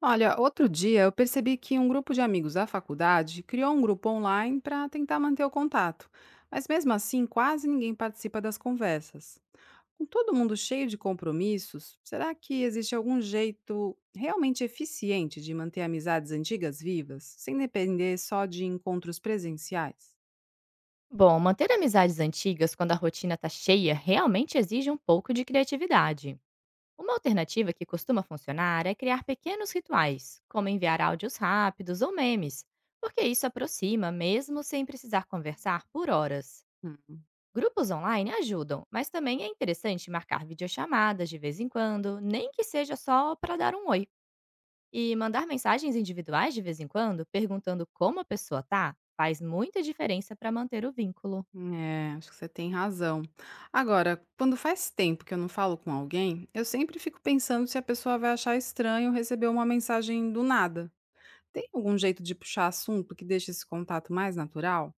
Olha, outro dia eu percebi que um grupo de amigos da faculdade criou um grupo online para tentar manter o contato, mas mesmo assim quase ninguém participa das conversas. Com todo mundo cheio de compromissos, será que existe algum jeito realmente eficiente de manter amizades antigas vivas, sem depender só de encontros presenciais? Bom, manter amizades antigas quando a rotina está cheia realmente exige um pouco de criatividade. Uma alternativa que costuma funcionar é criar pequenos rituais, como enviar áudios rápidos ou memes, porque isso aproxima mesmo sem precisar conversar por horas. Grupos online ajudam, mas também é interessante marcar videochamadas de vez em quando, nem que seja só para dar um oi. E mandar mensagens individuais de vez em quando, perguntando como a pessoa tá, faz muita diferença para manter o vínculo. É, acho que você tem razão. Agora, quando faz tempo que eu não falo com alguém, eu sempre fico pensando se a pessoa vai achar estranho receber uma mensagem do nada. Tem algum jeito de puxar assunto que deixe esse contato mais natural?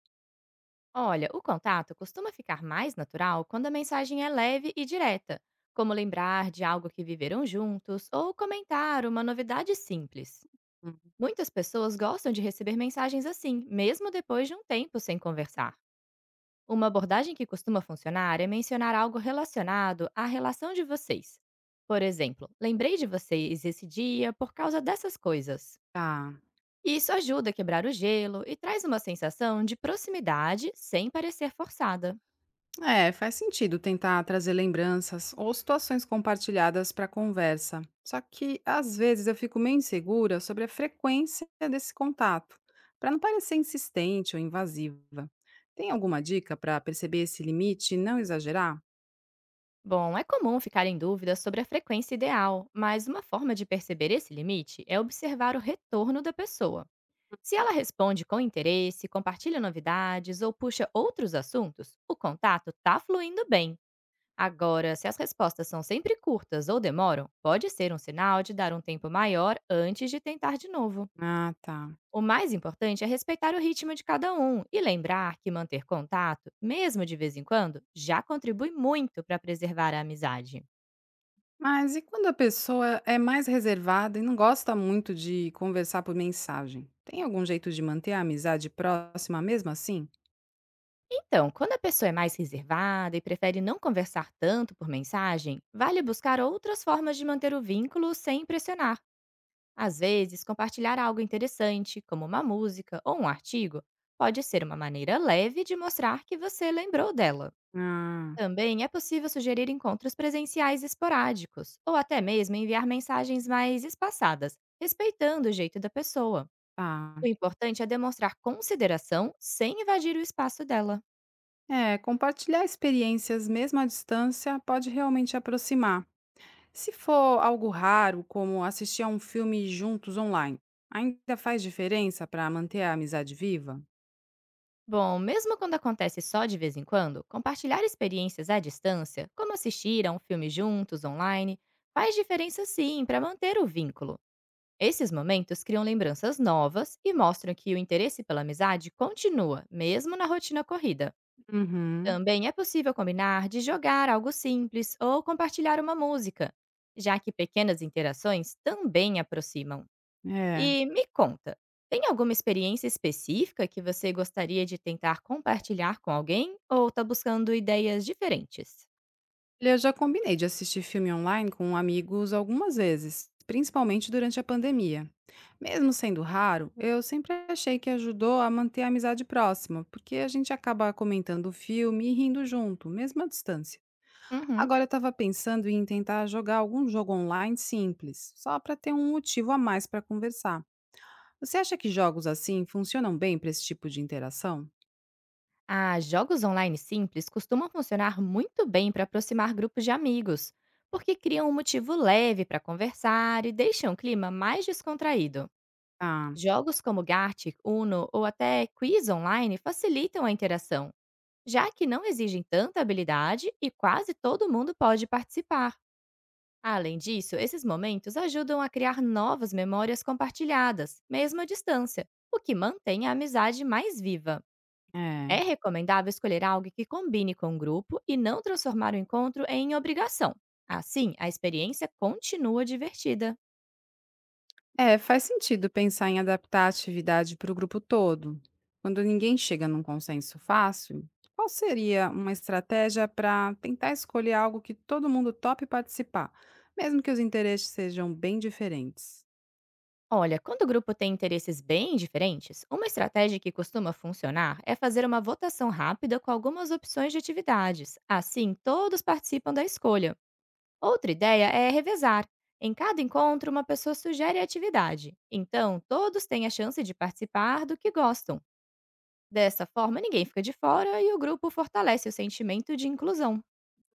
Olha, o contato costuma ficar mais natural quando a mensagem é leve e direta, como lembrar de algo que viveram juntos ou comentar uma novidade simples. Hum. Muitas pessoas gostam de receber mensagens assim, mesmo depois de um tempo sem conversar. Uma abordagem que costuma funcionar é mencionar algo relacionado à relação de vocês. Por exemplo, lembrei de vocês esse dia por causa dessas coisas. Tá. Isso ajuda a quebrar o gelo e traz uma sensação de proximidade sem parecer forçada. É, faz sentido tentar trazer lembranças ou situações compartilhadas para a conversa. Só que às vezes eu fico meio insegura sobre a frequência desse contato, para não parecer insistente ou invasiva. Tem alguma dica para perceber esse limite e não exagerar? Bom, é comum ficar em dúvida sobre a frequência ideal, mas uma forma de perceber esse limite é observar o retorno da pessoa. Se ela responde com interesse, compartilha novidades ou puxa outros assuntos, o contato está fluindo bem. Agora, se as respostas são sempre curtas ou demoram, pode ser um sinal de dar um tempo maior antes de tentar de novo. Ah, tá. O mais importante é respeitar o ritmo de cada um e lembrar que manter contato, mesmo de vez em quando, já contribui muito para preservar a amizade. Mas e quando a pessoa é mais reservada e não gosta muito de conversar por mensagem? Tem algum jeito de manter a amizade próxima mesmo assim? Então, quando a pessoa é mais reservada e prefere não conversar tanto por mensagem, vale buscar outras formas de manter o vínculo sem pressionar. Às vezes, compartilhar algo interessante, como uma música ou um artigo, pode ser uma maneira leve de mostrar que você lembrou dela. Ah, Também é possível sugerir encontros presenciais esporádicos, ou até mesmo enviar mensagens mais espaçadas, respeitando o jeito da pessoa. O tá. importante é demonstrar consideração sem invadir o espaço dela. É, compartilhar experiências mesmo à distância pode realmente aproximar. Se for algo raro, como assistir a um filme juntos online, ainda faz diferença para manter a amizade viva? Bom, mesmo quando acontece só de vez em quando, compartilhar experiências à distância, como assistir a um filme juntos online, faz diferença sim para manter o vínculo. Esses momentos criam lembranças novas e mostram que o interesse pela amizade continua, mesmo na rotina corrida. Uhum. Também é possível combinar de jogar algo simples ou compartilhar uma música, já que pequenas interações também aproximam. É. E me conta, tem alguma experiência específica que você gostaria de tentar compartilhar com alguém ou tá buscando ideias diferentes? Olha, eu já combinei de assistir filme online com amigos algumas vezes, principalmente durante a pandemia. Mesmo sendo raro, eu sempre achei que ajudou a manter a amizade próxima, porque a gente acaba comentando o filme e rindo junto, mesmo à distância. Uhum. Agora eu estava pensando em tentar jogar algum jogo online simples, só para ter um motivo a mais para conversar. Você acha que jogos assim funcionam bem para esse tipo de interação? Ah, jogos online simples costumam funcionar muito bem para aproximar grupos de amigos, porque criam um motivo leve para conversar e deixam o clima mais descontraído. Ah, Jogos como Gartic, Uno ou até Quiz online facilitam a interação, já que não exigem tanta habilidade e quase todo mundo pode participar. Além disso, esses momentos ajudam a criar novas memórias compartilhadas, mesmo à distância, o que mantém a amizade mais viva. é. É recomendável escolher algo que combine com o grupo e não transformar o encontro em obrigação. Assim, a experiência continua divertida. É, faz sentido pensar em adaptar a atividade para o grupo todo. Quando ninguém chega num consenso fácil, qual seria uma estratégia para tentar escolher algo que todo mundo tope participar, mesmo que os interesses sejam bem diferentes? Olha, quando o grupo tem interesses bem diferentes, uma estratégia que costuma funcionar é fazer uma votação rápida com algumas opções de atividades. Assim, todos participam da escolha. Outra ideia é revezar. Em cada encontro, uma pessoa sugere a atividade. Então, todos têm a chance de participar do que gostam. Dessa forma, ninguém fica de fora e o grupo fortalece o sentimento de inclusão.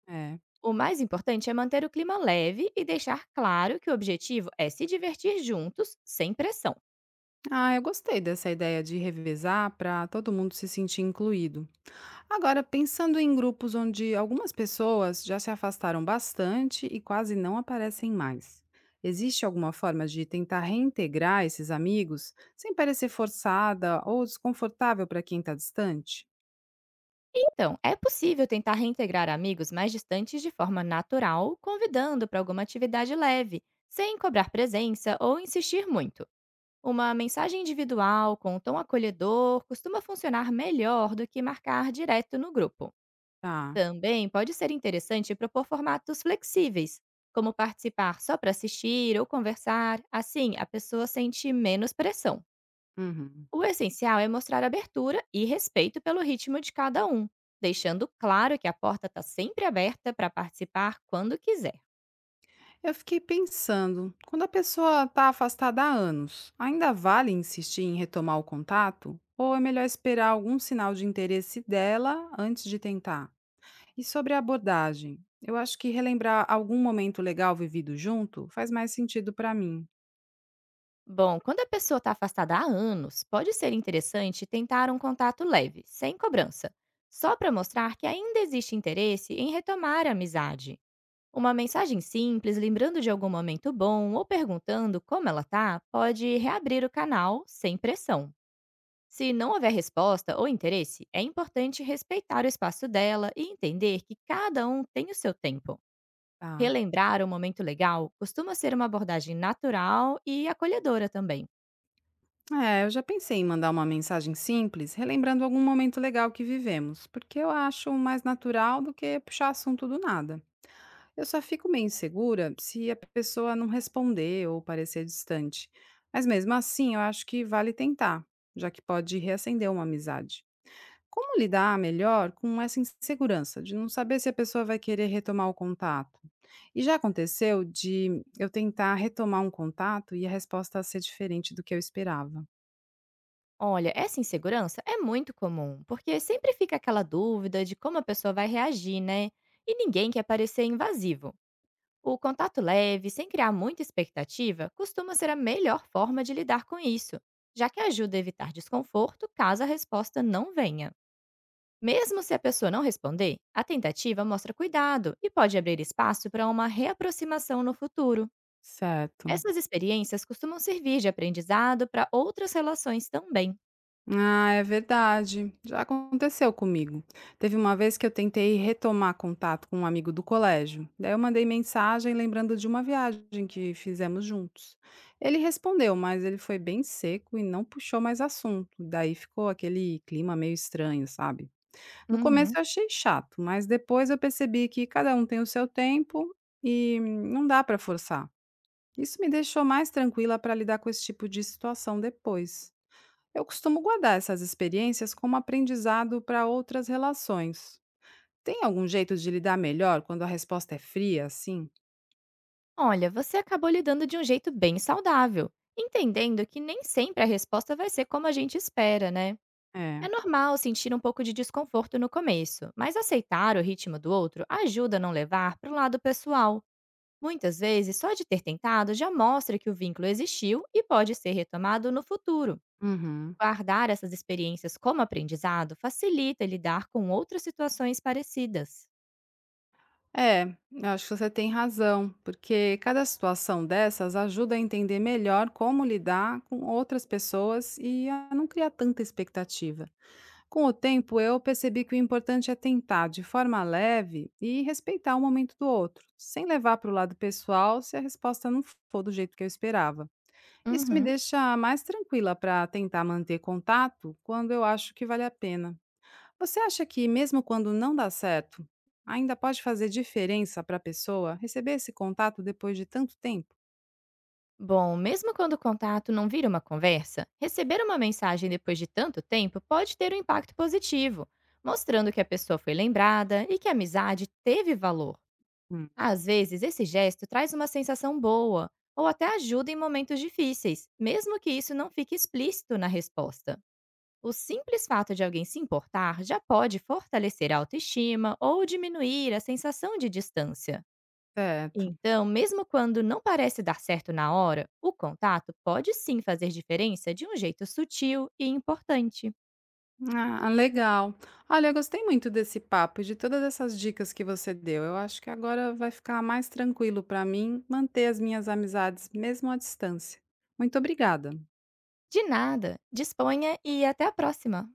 É. O mais importante é manter o clima leve e deixar claro que o objetivo é se divertir juntos, sem pressão. Ah, eu gostei dessa ideia de revezar para todo mundo se sentir incluído. Agora, pensando em grupos onde algumas pessoas já se afastaram bastante e quase não aparecem mais, existe alguma forma de tentar reintegrar esses amigos sem parecer forçada ou desconfortável para quem está distante? Então, é possível tentar reintegrar amigos mais distantes de forma natural, convidando para alguma atividade leve, sem cobrar presença ou insistir muito. Uma mensagem individual com um tom acolhedor costuma funcionar melhor do que marcar direto no grupo. Tá. Também pode ser interessante propor formatos flexíveis, como participar só para assistir ou conversar, assim a pessoa sente menos pressão. Uhum. O essencial é mostrar abertura e respeito pelo ritmo de cada um, deixando claro que a porta está sempre aberta para participar quando quiser. Eu fiquei pensando, quando a pessoa está afastada há anos, ainda vale insistir em retomar o contato? Ou é melhor esperar algum sinal de interesse dela antes de tentar? E sobre a abordagem, eu acho que relembrar algum momento legal vivido junto faz mais sentido para mim. Bom, quando a pessoa está afastada há anos, pode ser interessante tentar um contato leve, sem cobrança, só para mostrar que ainda existe interesse em retomar a amizade. Uma mensagem simples, lembrando de algum momento bom ou perguntando como ela tá, pode reabrir o canal sem pressão. Se não houver resposta ou interesse, é importante respeitar o espaço dela e entender que cada um tem o seu tempo. Tá. Relembrar um momento legal costuma ser uma abordagem natural e acolhedora também. É, eu já pensei em mandar uma mensagem simples, relembrando algum momento legal que vivemos, porque eu acho mais natural do que puxar assunto do nada. Eu só fico meio insegura se a pessoa não responder ou parecer distante. Mas mesmo assim, eu acho que vale tentar, já que pode reacender uma amizade. Como lidar melhor com essa insegurança de não saber se a pessoa vai querer retomar o contato? E já aconteceu de eu tentar retomar um contato e a resposta ser diferente do que eu esperava. Olha, essa insegurança é muito comum, porque sempre fica aquela dúvida de como a pessoa vai reagir, né? E ninguém quer parecer invasivo. O contato leve, sem criar muita expectativa, costuma ser a melhor forma de lidar com isso, já que ajuda a evitar desconforto caso a resposta não venha. Mesmo se a pessoa não responder, a tentativa mostra cuidado e pode abrir espaço para uma reaproximação no futuro. Certo. Essas experiências costumam servir de aprendizado para outras relações também. Ah, é verdade. Já aconteceu comigo. Teve uma vez que eu tentei retomar contato com um amigo do colégio. Daí eu mandei mensagem lembrando de uma viagem que fizemos juntos. Ele respondeu, mas ele foi bem seco e não puxou mais assunto. Daí ficou aquele clima meio estranho, sabe? No começo Uhum. eu achei chato, mas depois eu percebi que cada um tem o seu tempo e não dá para forçar. Isso me deixou mais tranquila para lidar com esse tipo de situação depois. Eu costumo guardar essas experiências como aprendizado para outras relações. Tem algum jeito de lidar melhor quando a resposta é fria, assim? Olha, você acabou lidando de um jeito bem saudável, entendendo que nem sempre a resposta vai ser como a gente espera, né? É. É normal sentir um pouco de desconforto no começo, mas aceitar o ritmo do outro ajuda a não levar para o lado pessoal. Muitas vezes, só de ter tentado já mostra que o vínculo existiu e pode ser retomado no futuro. Uhum. Guardar essas experiências como aprendizado facilita lidar com outras situações parecidas. É, eu acho que você tem razão, porque cada situação dessas ajuda a entender melhor como lidar com outras pessoas e a não criar tanta expectativa. Com o tempo, eu percebi que o importante é tentar de forma leve e respeitar o momento do outro, sem levar para o lado pessoal se a resposta não for do jeito que eu esperava. Isso me Uhum. deixa mais tranquila para tentar manter contato quando eu acho que vale a pena. Você acha que, mesmo quando não dá certo, ainda pode fazer diferença para a pessoa receber esse contato depois de tanto tempo? Bom, mesmo quando o contato não vira uma conversa, receber uma mensagem depois de tanto tempo pode ter um impacto positivo, mostrando que a pessoa foi lembrada e que a amizade teve valor. Hum. Às vezes, esse gesto traz uma sensação boa ou até ajuda em momentos difíceis, mesmo que isso não fique explícito na resposta. O simples fato de alguém se importar já pode fortalecer a autoestima ou diminuir a sensação de distância. Certo. Então, mesmo quando não parece dar certo na hora, o contato pode sim fazer diferença de um jeito sutil e importante. Ah, legal. Olha, eu gostei muito desse papo e de todas essas dicas que você deu. Eu acho que agora vai ficar mais tranquilo para mim manter as minhas amizades mesmo à distância. Muito obrigada. De nada, disponha e até a próxima!